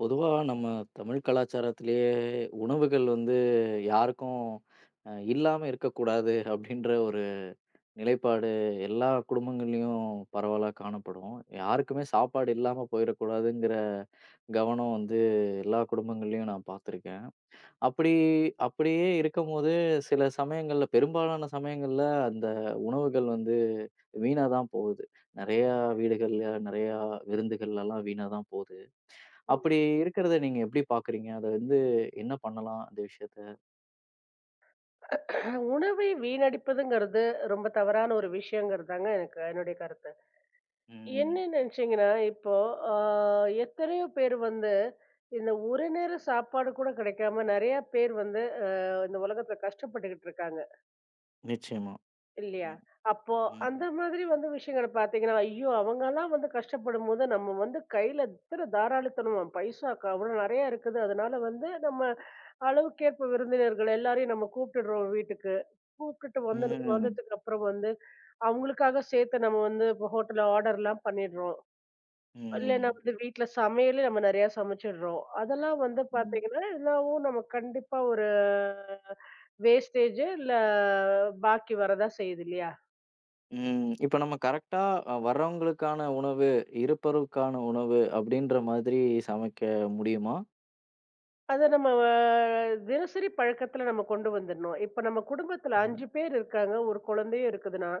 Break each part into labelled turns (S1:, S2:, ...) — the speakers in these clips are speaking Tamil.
S1: பொதுவா நம்ம தமிழ் கலாச்சாரத்திலேயே உணவுகள் வந்து யாருக்கும் இல்லாம இருக்கக்கூடாது அப்படின்ற ஒரு நிலைப்பாடு எல்லா குடும்பங்கள்லயும் பரவலா காணப்படும். யாருக்குமே சாப்பாடு இல்லாம போயிடக்கூடாதுங்கிற கவனம் வந்து எல்லா குடும்பங்கள்லயும் நான் பார்த்துருக்கேன். அப்படி அப்படியே இருக்கும்போது சில சமயங்கள்ல பெரும்பாலான சமயங்கள்ல அந்த உணவுகள் வந்து வீணா தான் போகுது. நெறையா வீடுகள்ல, நெறையா விருந்துகள்லலாம் வீணா தான் போகுது.
S2: ம்.
S1: அப்படி இருக்கிறத நீங்க எப்படி பார்க்குறீங்க? அத வந்து என்ன பண்ணலாம் அந்த விஷயத்த?
S2: உணவை வீணடிப்பதுங்கிறது ரொம்ப தவறான ஒரு விஷயங்கிறதாங்க எனக்கு என்னுடைய கருத்து.
S1: ம்.
S2: என்ன நினைச்சீங்கன்னா, இப்போ ஆ எத்தனையோ பேர் வந்து இந்த ஒரு நேர சாப்பாடு கூட கிடைக்காம நெறைய பேர் வந்து இந்த உலகத்துல கஷ்டப்பட்டுக்கிட்டு இருக்காங்க.
S1: நிச்சயமா.
S2: இல்லையா?
S1: ம்.
S2: அப்போ அந்த
S1: ம்.
S2: மாதிரி வந்து விஷயங்கள பார்த்தீங்கன்னா, ஐயோ! அவங்கலாம் வந்து கஷ்டப்படும்போது, நம்ம வந்து கையில எத்தன தாராளித்தனமா பைசா அவ்வளோ நெறையா இருக்குது. அதனால வந்து நம்ம அளவுக்கேற்ப விருந்தினர்கள் எல்லாரையும் நம்ம கூப்பிட்டுடுறோம் வீட்டுக்கு. கூப்பிட்டுட்டு வந்தது
S1: ம்.
S2: வந்ததுக்கப்புறம் வந்து, அவங்களுக்காக சேர்த்து நம்ம வந்து இப்போ ஹோட்டல்ல ஆர்டர்லாம் பண்ணிடுறோம். இல்லைன்னா
S1: ம்.
S2: வந்து வீட்ல சமையலே நம்ம நெறையா சமைச்சிடுறோம். அதெல்லாம் வந்து
S1: ம்.
S2: பார்த்தீங்கன்னா, எல்லாவும் நம்ம கண்டிப்பா ஒரு வேஸ்டேஜ் இல்ல பாக்கி வரதான் செய்யுது இல்லையா?
S1: ம். இப்ப நம்ம கரெக்ட்டா வர்றவங்களுக்கான உணவு, இருப்பருக்கான உணவு அப்படின்ற மாதிரி சமைக்க முடியுமா?
S2: அத நம்ம தினசரி பழக்கத்துல நம்ம கொண்டு வந்துடணும். இப்ப நம்ம குடும்பத்துல
S1: ம்.
S2: 5 பேர் இருக்காங்க. ஒரு குழந்தையும் இருக்குதுன்னா,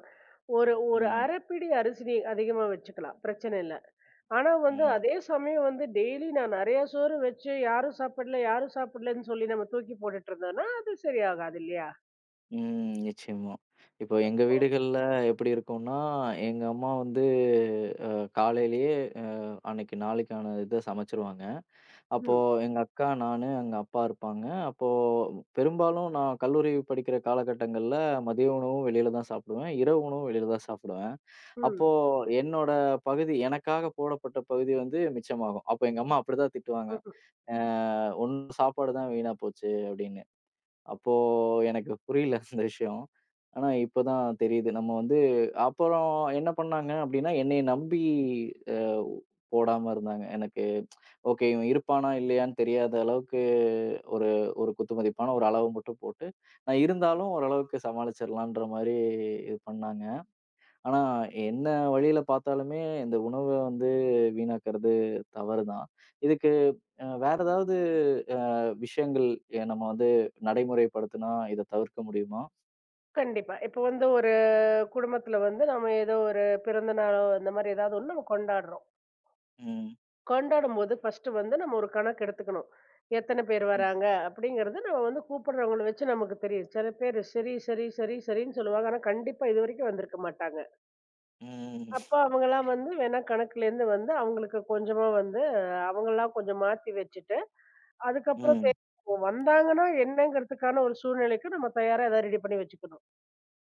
S2: ஒரு ஒரு
S1: ம்.
S2: 1/2 பிடி அரிசி நீ அதிகமா வச்சுக்கலாம். பிரச்சனை இல்ல. ஆனா வந்து
S1: ம்.
S2: அதே சமயம் வந்து டெய்லி நான் நெறையா சோறு வச்சு யாரும் சாப்பிடல, யாரும் சாப்பிடலன்னு சொல்லி நம்ம தூக்கி போட்டுட்டு இருந்தோம்னா, அது சரியாகாது இல்லையா?
S1: ம். நிச்சயமா. இப்போ எங்க வீடுகள்ல எப்படி இருக்கும்னா, எங்க அம்மா வந்து அ காலையிலேயே அ அன்னைக்கு நாளைக்கான இத சமைச்சுருவாங்க. அப்போ
S2: ம்.
S1: எங்க அக்கா, நானு, எங்க அப்பா இருப்பாங்க. அப்போ பெரும்பாலும் நான் கல்லூரி படிக்கிற காலகட்டங்கள்ல மதிய உணவும் வெளியில தான் சாப்பிடுவேன். இரவு உணவும் வெளியில தான் சாப்பிடுவேன். அப்போ
S2: ம்.
S1: என்னோட பகுதி எனக்காக போடப்பட்ட பகுதி வந்து மிச்சமாகும். அப்போ எங்க அம்மா அப்படிதான் திட்டுவாங்க.
S2: ம்ஹ்ம்.
S1: "அ உன் சாப்பாடு தான் வீணா போச்சு" அப்படின்னு. அப்போ எனக்கு புரியல அந்த விஷயம். ஆனா இப்ப தான் தெரியுது. நம்ம வந்து அப்புறம் என்ன பண்ணாங்க அப்டின்னா, என்னைய நம்பி அ போடாம இருந்தாங்க. எனக்கு ஓகே இவன் இருப்பானா? இல்லையான்னு தெரியாத அளவுக்கு ஒரு ஒரு குத்துமதிப்பான ஒரு அளவு மட்டும் போட்டு, நான் இருந்தாலும் ஓரளவுக்கு சமாளிச்சிடலான்ற மாரி இது பண்ணாங்க. ஆனா என்ன வழியில பார்த்தாலுமே இந்த உணவ வந்து வீணாக்குறது தவறு தான். இதுக்கு வேற ஏதாவது அ விஷயங்கள் நம்ம வந்து நடைமுறைப்படுத்துனா, இத தவிர்க்க முடியுமா?
S2: கண்டிப்பா. இப்ப வந்து ஒரு குடும்பத்துல வந்து நம்ம ஏதோ ஒரு பிறந்த நாளோ, இந்த மாரி ஏதாவது ஒண்ணு நம்ம கொண்டாடுறோம்.
S1: ம்.
S2: கொண்டாடும்போது ஃபர்ஸ்ட் வந்து நம்ம ஒரு கணக்கு எடுத்துக்கணும். எத்தன பேர்
S1: ம்.
S2: வராங்க? அப்படிங்கிறது நம்ம வந்து கூப்பிடுறவங்கள வச்சு நமக்கு தெரியும். சில பேரு சரி, சரி, சரி, சரின்னு சொல்லுவாங்க. ஆனா, கண்டிப்பா இதுவரைக்கும் வந்திருக்க மாட்டாங்க.
S1: ம்.
S2: அப்ப அவங்கலாம் வந்து வேணா கணக்குலேருந்து வந்து அவங்களுக்கு கொஞ்சமா வந்து அவங்கலாம் கொஞ்சம் மாத்தி வச்சுட்டு, அதுக்கப்புறம்
S1: ம்.
S2: வந்தாங்கன்னா என்னங்கிறதுக்கான ஒரு சூழ்நிலைக்கு நம்ம தயாரா எதாவது ரெடி பண்ணி வச்சுக்கணும்.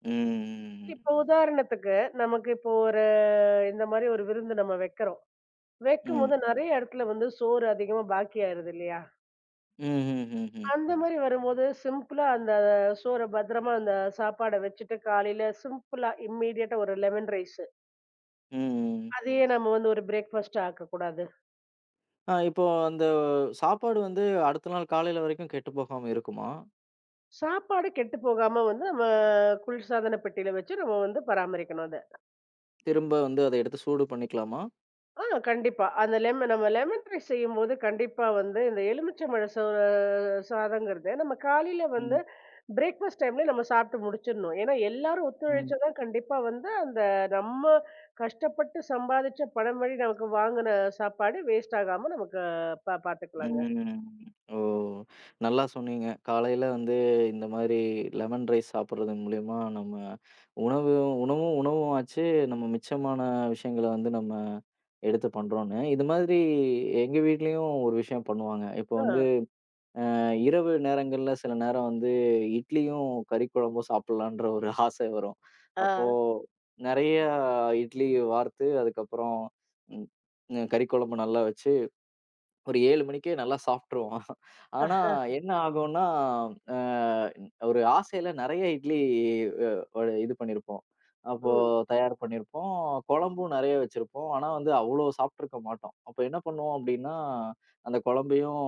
S1: ம்.
S2: இப்போ உதாரணத்துக்கு, நமக்கு இப்போ ஒரு இந்த மாரி ஒரு விருந்து நம்ம வைக்கிறோம்.
S1: ம்.
S2: வைக்கும்போது நெறைய இடத்துல வந்து சோறு அதிகமா பாக்கி ஆயிருது இல்லையா?
S1: ம்ஹ்ஹ்ஹ்ம். ம்.
S2: அந்த மாரி வரும்போது சிம்பிளா அந்த சோற பத்திரமா அந்த சாப்பாட வச்சுட்டு காலையில சிம்பிளா இம்மீடியட்டா ஒரு லெமன் ரைஸ்.
S1: ம் ம் ம்.
S2: அதையே நம்ம வந்து ஒரு பிரேக்ஃபாஸ்ட்டா ஆக்கக்கூடாது.
S1: ஆ இப்போ அந்த சாப்பாடு வந்து அடுத்த நாள் காலையில வரைக்கும் கெட்டு போகாம இருக்குமா?
S2: சாப்பாடு கெட்டு போகாம வந்து நம்ம குளிர்சாதன பெட்டியில வச்சு நம்ம வந்து பராமரிக்கணும் அத.
S1: திரும்ப வந்து அத எடுத்து சூடு பண்ணிக்கலாமா?
S2: ஆ கண்டிப்பா. அந்த லெமன் நம்ம லெமன் ரைஸ் செய்யும்போது கண்டிப்பா வந்து இந்த எலுமிச்சம்பழ சாதங்கிறது நம்ம காலையில வந்து
S1: ம்.
S2: பிரேக்ஃபாஸ்ட் டைம்ல நம்ம சாப்பிட்டு முடிச்சிடணும். ஏன்னா எல்லாரும்
S1: ம்.
S2: ஒத்துழைச்சா கண்டிப்பா வந்து அந்த நம்ம கஷ்டப்பட்டு சம்பாதிச்ச பணம் வழி நமக்கு வாங்குன சாப்பாடு வேஸ்ட் ஆகாம நமக்கு பாத்துக்கலாங்க.
S1: ம். ஓ! நல்லா சொன்னீங்க. காலையில வந்து இந்த மாரி லெமன் ரைஸ் சாப்பிடுறது மூலியமா நம்ம உணவு உணவும் உணவும் ஆச்சு. நம்ம மிச்சமான விஷயங்கள வந்து நம்ம எடுத்து பண்றோம்ன்னு. இது மாதிரி எங்க வீட்லயும் ஒரு விஷயம் பண்ணுவாங்க. இப்போ
S2: ஆ,
S1: வந்து இரவு நேரங்கள்ல சில நேரம் வந்து இட்லியும் கறி குழம்பும் சாப்பிடலான்ற ஒரு ஆசை வரும்.
S2: ஆ,
S1: அப்போ நெறைய இட்லி வார்த்து அதுக்கப்புறம் ம் கறி குழம்பு நல்லா வச்சு ஒரு 7 மணிக்கே நல்லா சாப்ட்டுருவோம். ஆனா
S2: ஆ,
S1: என்ன ஆகும்னா, அ ஒரு ஆசையில நெறைய இட்லி அ ஒரு இது பண்ணியிருப்போம். அப்போ
S2: ம்.
S1: தயார் பண்ணியிருப்போம். குழம்பும் நெறைய வச்சிருப்போம். ஆனா வந்து அவ்ளோ சாப்ட்டுருக்க மாட்டோம். அப்ப என்ன பண்ணுவோம் அப்டின்னா, அந்த குழம்பையும்,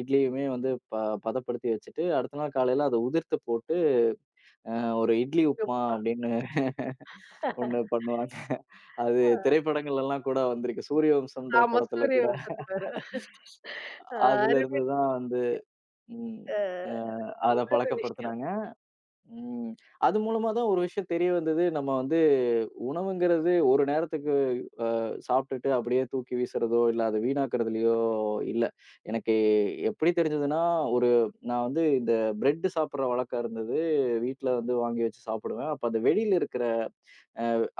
S1: இட்லியுமே வந்து பதப்படுத்தி வச்சுட்டு, அடுத்த நாள் காலையில அத உதிர்த்து போட்டு, ஒரு இட்லி உப்புமா
S2: உப்புமா.
S1: அப்டின்னு ஒண்ணு பண்ணுவாங்க. அது
S2: ஆ,
S1: திரைப்படங்கள்லலாம் கூட வந்திருக்கு. சூரியவம்சம்ன்ற
S2: ஆமா
S1: படத்துல
S2: சூரிய
S1: கூட
S2: வம்சத்துல வரும். ஆ, அருமை.
S1: அதுலருந்து தான் வந்து ம்.
S2: ஆ,
S1: அ அத
S2: நல்ல ஒரு விஷயம்.
S1: பழக்கப்படுத்துனாங்க. ம். அது மூலமா தான் ஒரு விஷயம் தெரிய வந்தது. நம்ம வந்து உணவுங்கிறது ஒரு நேரத்துக்கு சாப்பிட்டுட்டு அப்படியே தூக்கி வீசுறதோ, இல்ல அத வீணாக்குறதுலயோ இல்ல. எனக்கு எப்படி தெரிஞ்சதுன்னா, ஒரு நான் வந்து இந்த பிரெட் சாப்பிடுற வழக்கம் இருந்தது. வீட்ல வந்து வாங்கி வச்சு சாப்பிடுவேன். அப்ப அந்த வெளியில இருக்கிற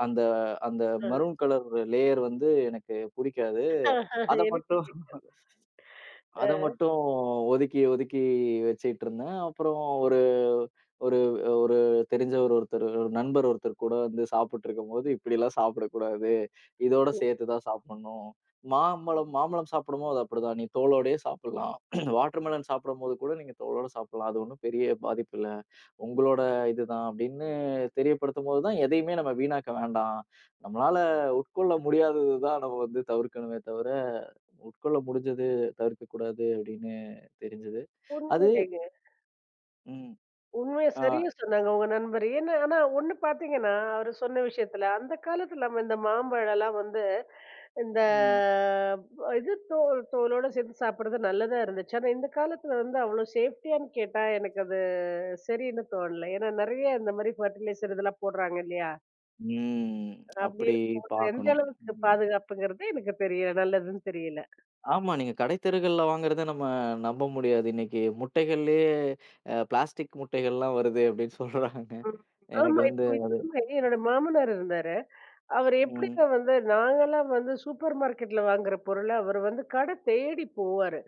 S1: அந்த அந்த
S2: ஆ.
S1: மெரூன் கலர் லேயர் வந்து எனக்கு புடிக்காது.
S2: ஆ,
S1: அத
S2: எனக்கு
S1: மட்டும்
S2: பிடிக்கும்.
S1: அத
S2: அ
S1: மட்டும் ஒதுக்கி வச்சுட்டுருந்தேன். அப்புறம் ஒரு ஒரு ஒரு தெரிஞ்சவர் ஒருத்தர், ஒரு நண்பர் ஒருத்தர் கூட வந்து சாப்பிட்டுருக்கும்போது, "இப்படிலாம் சாப்பிடக்கூடாது. இதோட சேர்த்து தான் சாப்பிடணும். மாம்பழம் மாம்பழம் சாப்பிடும்போது அது அப்படிதான். நீ தோலோடயே சாப்பிடலாம். வாட்டர்மெலன் சாப்பிடும்போது கூட நீங்க தோலோட சாப்பிடலாம். அது ஒண்ணும் பெரிய பாதிப்பு இல்ல. உங்களோட இதுதான்." அப்படின்னு தெரியப்படுத்தும்போது தான், எதையுமே நம்ம வீணாக்க வேண்டாம். நம்மளால உட்கொள்ள முடியாதது தான் நம்ம வந்து தவிர்க்கணுமே தவிர உட்கொள்ள முடிஞ்சது, தவிர்க்கக் கூடாது அப்படின்னு தெரிஞ்சது. அது
S2: உண்மையிலேங்க.
S1: ம்.
S2: உண்மைய
S1: ஆ.
S2: சரியா சொன்னாங்க உங்க நண்பர். ஏன்னா ஆனா ஒண்ணு பார்த்தீங்கன்னா, அவரு சொன்ன விஷயத்துல, அந்த காலத்துல நம்ம இந்த மாம்பழம்லாம் வந்து இந்த
S1: ம்.
S2: இது தோல் தோலோட சேர்த்து சாப்பிடுறது நல்லதா இருந்துச்சு. ஆனா இந்த காலத்துல வந்து அவ்ளோ சேஃப்டியான்னு கேட்டா, எனக்கு அது சரின்னு தோணல. ஏன்னா நெறைய இந்த மாரி ஃபெர்டிலைசர் இதெல்லாம் போடுறாங்க இல்லையா?
S1: ம்.
S2: அப்படி
S1: அப்படி
S2: இருக்கும்போது எந்த
S1: பார்க்கணும்.
S2: அளவுக்கு
S1: ம்.
S2: பாதுகாப்புங்கிறது எனக்கு தெரியல. நல்லதுன்னு தெரியல.
S1: ஆமா. நீங்க கடைத்தெருகள்ல வாங்குறத நம்ம நம்ப முடியாது. இன்னைக்கு முட்டைகள்லயே பிளாஸ்டிக் முட்டைகள்லாம் வருது அப்படின்னு சொல்றாங்க.
S2: ம்.
S1: எனக்கு
S2: ஆமா.
S1: வந்து
S2: இப்போ இது என்னோட மாமனார் இருந்தாரு. அவர்
S1: ம்.
S2: எப்படிங்க வந்து நாங்கலாம் வந்து சூப்பர் மார்க்கெட்ல வாங்குற பொருள, அவர் வந்து கடை தேடி போவாரு.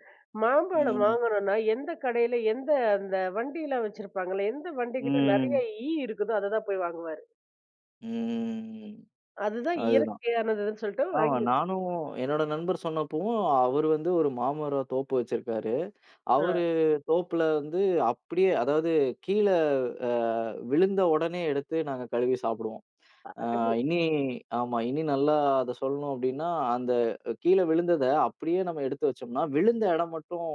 S2: மாம்பழம்
S1: ம்.
S2: வாங்கணும்னா, எந்த கடையில எந்த அந்த வண்டிலாம் வச்சிருப்பாங்கல்ல, எந்த வண்டிகிட்ட
S1: ம்.
S2: நெறைய ஈ இருக்குதோ, அத தான் போய் வாங்குவாரு.
S1: ம்.
S2: அதுதான்
S1: அதுதான்.
S2: இயற்கையானதுன்னு சொல்லிட்டு
S1: ஆமா.
S2: வாங்கி
S1: நானும் என்னோட நண்பர் சொன்னப்பவும், அவரு வந்து ஒரு மாமரம் தோப்பு வச்சிருக்காரு.
S2: ஆ
S1: அவரு தோப்புல வந்து அப்படியே அதாவது கீழ அ விழுந்த உடனே எடுத்து நாங்க கழுவி சாப்பிடுவோம். அ
S2: அருமை.
S1: இனி ஆமா. இனி நல்லா அத சொல்லணும் அப்படின்னா, அந்த கீழ விழுந்தத அப்படியே நம்ம எடுத்து வச்சோம்னா, விழுந்த இடம் மட்டும்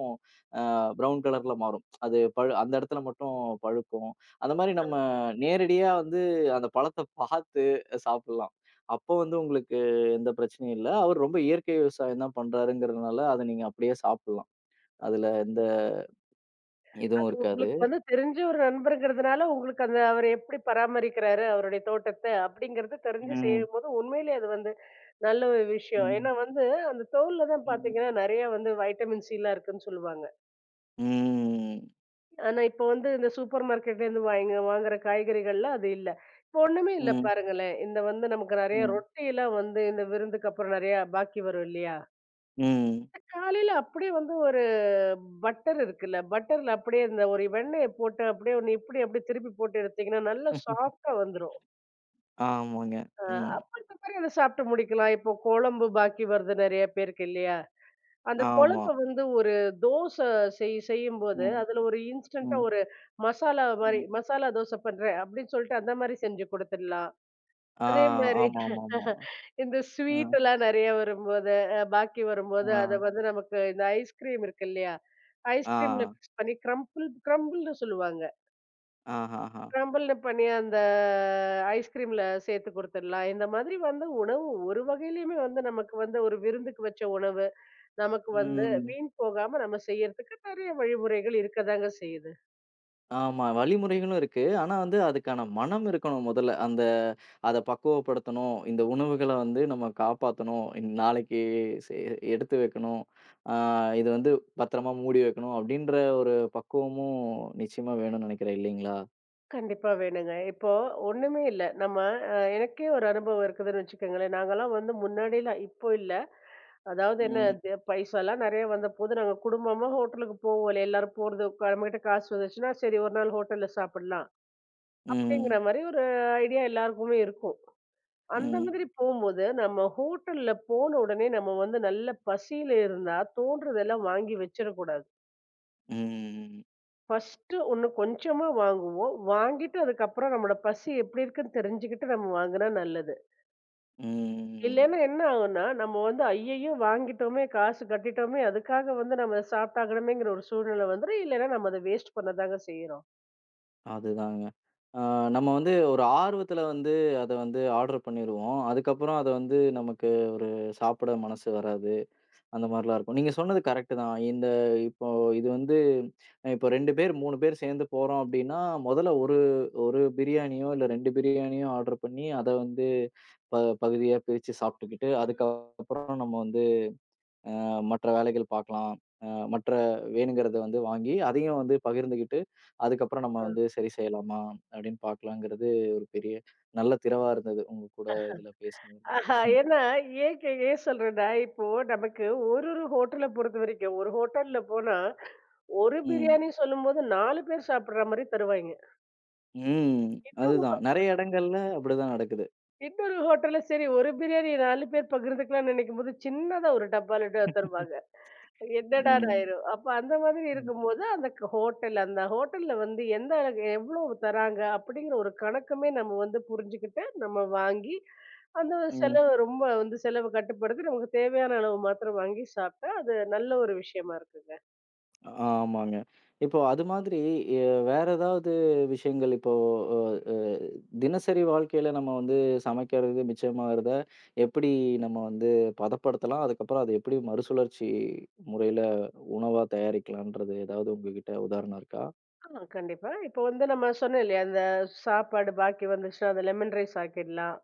S1: ப்ரவுன் கலர்ல மாறும். அது பழு அந்த இடத்துல மட்டும் பழுக்கும். அந்த மாரி நம்ம நேரடியா வந்து அந்த பழத்த பார்த்து சாப்பிடலாம். அப்போ வந்து உங்களுக்கு எந்த பிரச்சனையும் இல்ல. அவரு ரொம்ப இயற்கை விவசாயம் தான் பண்றாருங்கிறதுனால, அத நீங்க அப்படியே சாப்பிடலாம். அதுல எந்த இதுவும்
S2: அது
S1: இருக்காது.
S2: உங்களுக்கு வந்து தெரிஞ்ச ஒரு நண்பர்ங்கிறதுனால, உங்களுக்கு அந்த அவரு எப்படி பராமரிக்கிறாரு, அவருடைய தோட்டத்த அப்படிங்கிறது தெரிஞ்சு
S1: ம்.
S2: செய்யும்போது, உண்மையிலேயே அது வந்து நல்ல ஒரு விஷயம்.
S1: ம்.
S2: ஏன்னா வந்து, அந்த தோல்ல தான்
S1: ம்.
S2: பாத்தீங்கன்னா, நெறைய வந்து வைட்டமின் சிலாம் இருக்குன்னு சொல்லுவாங்க.
S1: ம்.
S2: ஆனா, இப்ப வந்து இந்த சூப்பர் மார்க்கெட்லேருந்து வாய்ங்க வாங்குற காய்கறிகள்ல அது இல்ல. இப்போ ஒண்ணுமே இல்ல
S1: ம்.
S2: பாருங்களேன். இந்த வந்து நமக்கு நெறைய
S1: ம்.
S2: ரொட்டிலாம் வந்து இந்த விருந்துக்கு அப்புறம் நெறைய பாக்கி வரும் இல்லையா?
S1: ம்.
S2: காலையில அப்படியே வந்து ஒரு பட்டர் இருக்குல்ல, பட்டர்ல அப்படியே இந்த ஒரு வெண்ணெய போட்டு அப்படியே ஒண்ணு இப்படி அப்படியே திருப்பி போட்டு எடுத்தீங்கன்னா, நல்லா சாஃப்ட்டா வந்துரும்.
S1: ஆமாங்க.
S2: அ
S1: ம்.
S2: அப்ப இந்த மாரி அத சாப்ட்டு முடிக்கலாம். இப்போ குழம்பு பாக்கி வருது நெறைய பேருக்கு இல்லையா? அந்த
S1: ஆமா.
S2: குழம்பு வந்து ஒரு தோசை செய்யும்போது,
S1: ம்.
S2: அதுல ஒரு இன்ஸ்டன்ட்டா
S1: ம்.
S2: ஒரு மசாலா மாரி,
S1: ம்.
S2: மசாலா தோசை பண்றேன் அப்படின்னு சொல்லிட்டு அந்த மாரி செஞ்சு குடுத்துடலாம்.
S1: ஆ.
S2: அதே மாரி
S1: ஆமாமாமா.
S2: இந்த
S1: அ.
S2: ஸ்வீட்டெல்லாம் நெறைய வரும்போது, பாக்கி வரும்போது,
S1: ஆ.
S2: அத வந்து நமக்கு இந்த ஐஸ்கிரீம் இருக்கு இல்லையா? ஐஸ்கிரீம்ல
S1: ஆ.
S2: மிக்ஸ் பண்ணி கிரம்பிள் கிரம்பிள்னு சொல்லுவாங்க.
S1: ஆஹஹா.
S2: கிரம்பிள்னு பண்ணி அந்த ஐஸ்கிரீம்ல சேர்த்து குடுத்துடலாம். இந்த மாதிரி வந்து உணவு ஒரு வகையிலயுமே வந்து நமக்கு வந்து ஒரு விருந்துக்கு வச்ச உணவு. நமக்கு வந்து
S1: ம்.
S2: வீண் போகாம நம்ம செய்யறதுக்கு நெறைய வழிமுறைகள் இருக்கதாங்க செய்யுது.
S1: ஆமா. வழிமுறைகளும் இருக்கு. ஆனா வந்து அதுக்கான மனம் இருக்கணும் முதல்ல. அந்த அத பக்குவப்படுத்தணும். இந்த உணவுகள வந்து நம்ம காப்பாத்தணும். நாளைக்கு சே எடுத்து வைக்கணும். ஆ இது வந்து பத்திரமா மூடி வைக்கணும் அப்படின்ற ஒரு பக்குவமும் நிச்சயமா வேணும்னு நினைக்கிறேன் இல்லைங்களா?
S2: கண்டிப்பா வேணுங்க. இப்போ ஒண்ணுமே இல்ல. நம்ம எனக்கே ஒரு அனுபவம் இருக்குதுன்னு வச்சுக்கோங்களேன். நாங்கலாம் வந்து முன்னாடிலாம் இப்போ இல்ல. அதாவது என்ன
S1: ம்.
S2: இது பைசாலாம் நெறைய வந்தபோது நாங்க குடும்பமா ஹோட்டலுக்கு போவோம்ல. எல்லாரும் போறது உட்கா நம்மகிட்ட காசு வந்துச்சுன்னா, சரி ஒரு நாள் ஹோட்டல்ல சாப்பிடலாம். அப்படிங்கிற
S1: ம்.
S2: மாரி ஒரு ஐடியா எல்லாருக்குமே இருக்கும். அந்த
S1: ம்.
S2: மாதிரி போம்போது நம்ம ஹோட்டல்ல போன உடனே நம்ம வந்து நல்ல பசியில இருந்தா தோன்றதெல்லாம் வாங்கி வச்சிடக்கூடாது.
S1: ம்.
S2: ஃபர்ஸ்ட்டு ஒண்ணு கொஞ்சமா வாங்குவோம். வாங்கிட்டு அதுக்கப்புறம் நம்மோட பசி எப்படி இருக்குன்னு தெரிஞ்சுக்கிட்டு நம்ம வாங்குனா நல்லது.
S1: ம்.
S2: இல்லன்னா என்ன ஆகும்னா, நம்ம வந்து ஐய்யய்யோ! வாங்கிட்டோமே, காசு கட்டிட்டோமே, அதுக்காக வந்து நம்ம சாப்ட்டாகணுமேங்கிற ஒரு சூழ்நிலை வந்துரும். இல்லன்னா நம்ம அத வேஸ்ட் பண்ணதாங்க செய்றோம்.
S1: அதுதாங்க. ஆ நம்ம வந்து ஒரு ஆர்வத்துல வந்து அத வந்து ஆர்டர் பண்ணிருவோம். அதுக்கப்புறம் அத வந்து நமக்கு ஒரு சாப்பிட மனசு வராது. அந்த மாரிலாம் இருக்கும். நீங்க சொன்னது கரெக்ட்டு தான். இந்த இப்போ இது வந்து இப்போ 2 பேர், 3 பேர் சேர்ந்து போறோம் அப்டின்னா, மொதல்ல ஒரு ஒரு பிரியாணியோ, இல்ல 2 பிரியாணியோ ஆர்டர் பண்ணி, அத வந்து ப பகுதியா பிரிச்சு சாப்ட்டுக்கிட்டு, அதுக்கப்புறம் நம்ம வந்து மற்ற வேலைகள் பார்க்கலாம். அ மற்ற வேணுங்கிறத வந்து வாங்கி, அதையும் வந்து பகிர்ந்துகிட்டு, அதுக்கப்புறம் நம்ம
S2: ம்.
S1: வந்து சரி செய்யலாமா? அப்டின்னு பார்க்கலாங்கிறது ஒரு பெரிய நல்ல திறவா இருந்தது. உங்க கூட இதுல பேசுனதுல.
S2: ஆஹா ஏன்னா ஏன் சொல்றேன்னா, இப்போ நமக்கு ஒரு ஒரு ஹோட்டல பொறுத்தவரைக்கும், ஒரு ஹோட்டல்ல போனா, ஒரு
S1: ம்.
S2: பிரியாணி சொல்லும்போது 4 பேர் சாப்பிடுற மாரி தருவாய்ங்க.
S1: ம்.
S2: இன்னொரு
S1: அதுதான். நெறைய இடங்கள்ல அப்டிதான் நடக்குது.
S2: இன்னொரு ஹோட்டல்ல சரி ஒரு பிரியாணி 4 பேர் பகிர்ந்துக்கலாம்ன்னு நினைக்கும்போது, சின்னதா ஒரு டப்பால தருவாங்க. என்னடான்னு
S1: ம்.
S2: ஆயிரும். அப்ப அந்த மாதிரி
S1: ம்.
S2: இருக்கும்போது, அந்த ஹோட்டல் அந்த ஹோட்டல்ல வந்து எந்த அளவுக்கு எவ்ளோ தராங்க? அப்படிங்கிற ஒரு கணக்குமே நம்ம வந்து புரிஞ்சுக்கிட்டு, நம்ம வாங்கி, அந்த
S1: ம்.
S2: செலவு ரொம்ப வந்து செலவு கட்டுப்படுத்தி, நமக்கு தேவையான அளவு மாத்திரம் வாங்கி சாப்பிட்டா, அது நல்ல ஒரு விஷயமா இருக்குங்க.
S1: ஆமாங்க. இப்போ அது மாதிரி எ வேற ஏதாவது விஷயங்கள் இப்போ அ அ தினசரி வாழ்க்கையில நம்ம வந்து சமைக்கிறது மிச்சமாகறத எப்படி நம்ம வந்து பதப்படுத்தலாம்? அதுக்கப்புறம் அது எப்படி மறுசுழற்சி முறையில உணவா தயாரிக்கலான்றது ஏதாவது உங்ககிட்ட உதாரணம் இருக்கா?
S2: ஆ கண்டிப்பா. இப்ப வந்து நம்ம சொன்னோம் இல்லையா? அந்த சாப்பாடு பாக்கி வந்துச்சுன்னா, அத லெமன் ரைஸ் ஆக்கிடலாம்.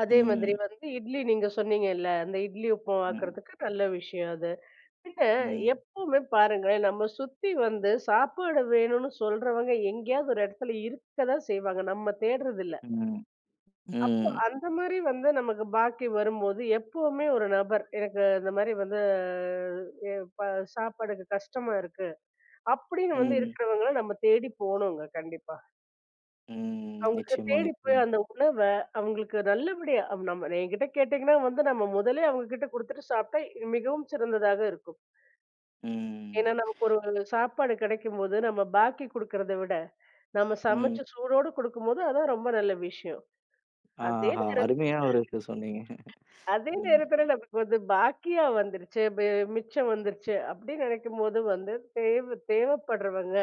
S2: அதே மாதிரி
S1: ம்.
S2: வந்து இட்லி நீங்க சொன்னீங்கல்ல, அந்த இட்லி
S1: ம்.
S2: உப்புமாக்குறதுக்கு நல்ல விஷயம் அது. பின்ன
S1: ம்.
S2: எப்பவுமே பாருங்களேன், நம்ம சுத்தி வந்து சாப்பாடு வேணும்னு சொல்றவங்க எங்கேயாவது ஒரு இடத்துல இருக்க தான் செய்வாங்க. நம்ம தேடுறதில்ல.
S1: ம்.
S2: அப்போ
S1: ம்.
S2: அந்த மாரி வந்து நமக்கு பாக்கி வரும்போது, எப்பவுமே ஒரு நபர் எனக்கு இந்த மாரி வந்து எ ப சாப்பாடுக்கு கஷ்டமா இருக்கு, அப்படின்னு வந்து
S1: ம்.
S2: இருக்கிறவங்கள நம்ம தேடி போணுங்க கண்டிப்பா.
S1: ம்.
S2: அவங்களுக்கு
S1: நிச்சயமா,
S2: தேடி போய்
S1: நிச்சயமா.
S2: அந்த உணவ அவங்களுக்கு நல்லபடியா நம்ம என்கிட்ட கேட்டீங்கன்னா வந்து நம்ம முதலே அவங்க கிட்ட குடுத்துட்டு சாப்பிட்டா இது மிகவும் சிறந்ததாக இருக்கும்.
S1: ம்.
S2: ஏன்னா நமக்கு ஒரு சாப்பாடு கிடைக்கும்போது, நம்ம பாக்கி குடுக்கறத விட, நம்ம
S1: ம்.
S2: சமைச்சு சூடோடு குடுக்கும்போது அதான் ரொம்ப நல்ல விஷயம். அதே
S1: ஆஹா!
S2: நேரத்
S1: அருமையா ஒரு இது சொன்னீங்க.
S2: அதே
S1: ம்.
S2: நேரத்துல நமக்கு வந்து பாக்கியா வந்துருச்சு, மிச்சம் வந்துருச்சு அப்படின்னு நினைக்கும்போது வந்து தேவைப்படுறவங்க,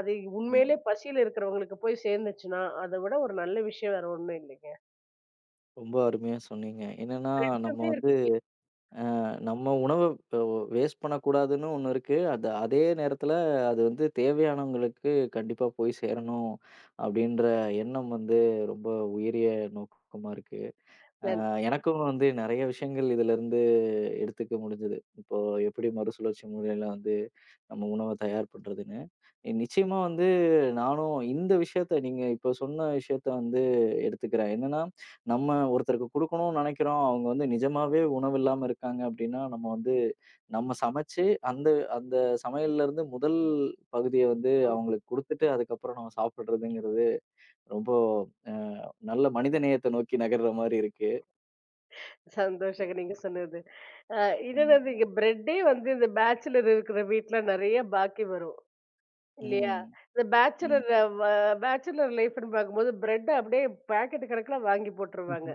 S2: அது
S1: ம்.
S2: உண்மையிலே பசியில இருக்கிறவங்களுக்கு போய் சேர்ந்துச்சுன்னா, அத விட ஒரு நல்ல விஷயம் வேற ஒண்ணும் இல்லைங்க.
S1: ரொம்ப அருமையா சொன்னீங்க. என்னன்னா, நம்ம
S2: 2மே
S1: வந்து
S2: இருக்கு.
S1: நம்ம உணவ அ வேஸ்ட் பண்ணக்கூடாதுன்னு ஒண்ணு இருக்கு. அது அதே நேரத்தில அது வந்து தேவையானவங்களுக்கு கண்டிப்பா போய் சேரணும் அப்படின்ற எண்ணம் வந்து ரொம்ப உயரிய நோக்கமா இருக்கு.
S2: நன்றி.
S1: எனக்கும் வந்து நெறைய விஷயங்கள் இதுலருந்து எடுத்துக்க முடிஞ்சது. இப்போ எப்படி மறுசுழற்சி முறையில வந்து நம்ம உணவ தயார் பண்றதுன்னு. நிச்சயமா வந்து நானும் இந்த விஷயத்த நீங்க இப்போ சொன்ன விஷயத்த வந்து எடுத்துக்கிறேன். என்னன்னா, நம்ம ஒருத்தருக்கு குடுக்கணும்னு நெனைக்கிறோம். அவங்க வந்து நிஜமாவே உணவு இல்லாம இருக்காங்க அப்படின்னா, நம்ம வந்து நம்ம சமைச்சு அந்த அந்த சமையல்லருந்து முதல் பகுதிய வந்து அவங்களுக்கு குடுத்துட்டு, அதுக்கப்புறம் நம்ம சாப்பிடுறதுங்கிறது ரொம்ப அ நல்ல மனிதநேயத்த நோக்கி நகர்ற மாரி இருக்கு.
S2: சந்தோஷங்க நீங்க சொன்னது. அ என்னன்னா
S1: ம்.
S2: நீங்க பிரெட்டே வந்து இந்த பேச்சுலர் இருக்கிற வீட்ல நெறைய பாக்கி வரும். இல்லையா?
S1: ம்.
S2: இந்த
S1: ம்.
S2: பேச்சுலர் வ பேச்சுலர் லைஃப்ன்னு பார்க்கும்போது பிரெட்ட அப்படியே பாக்கெட் கணக்குல வாங்கி போட்டுருவாங்க.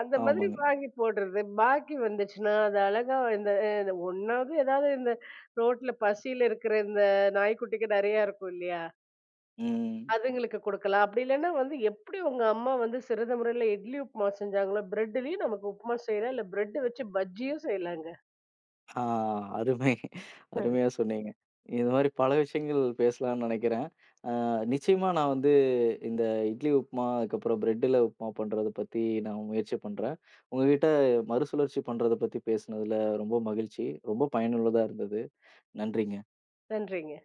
S2: அந்த மாதிரி
S1: ஆமாங்க.
S2: வாங்கி போடுறது. பாக்கி வந்துச்சுன்னா, அது அழகா இந்த இந்த 1வது ஏதாவது இந்த ரோட்ல பசியில இருக்கிற இந்த நாய்க்குட்டிங்க நெறையா இருக்கும் இல்லையா?
S1: ம்.
S2: அதுங்களுக்கு குடுக்கலாம். அப்படி இல்லன்னா வந்து எப்படி உங்க அம்மா வந்து சிறந்த முறையில இட்லி, உப்புமா செஞ்சாங்களோ, பிரெட்லயும் நமக்கு உப்புமா செய்யலாம். இல்ல பிரெட் வச்சு பஜ்ஜியும் செய்யலாங்க.
S1: ஆ அருமை, அருமையா சொன்னீங்க. இது மாரி பல விஷயங்கள் பேசலாம்னு நெனைக்கிறேன். நிச்சயமா நான் வந்து இந்த இட்லி உப்புமா, அதுக்கப்புறம் பிரெட்ல உப்புமா பண்றத பத்தி நான் முயற்சி பண்றேன். உங்ககிட்ட மறுசுழற்சி பண்றத பத்தி பேசினதுல ரொம்ப மகிழ்ச்சி. ரொம்ப பயனுள்ளதா இருந்தது. நன்றிங்க.
S2: நன்றிங்க.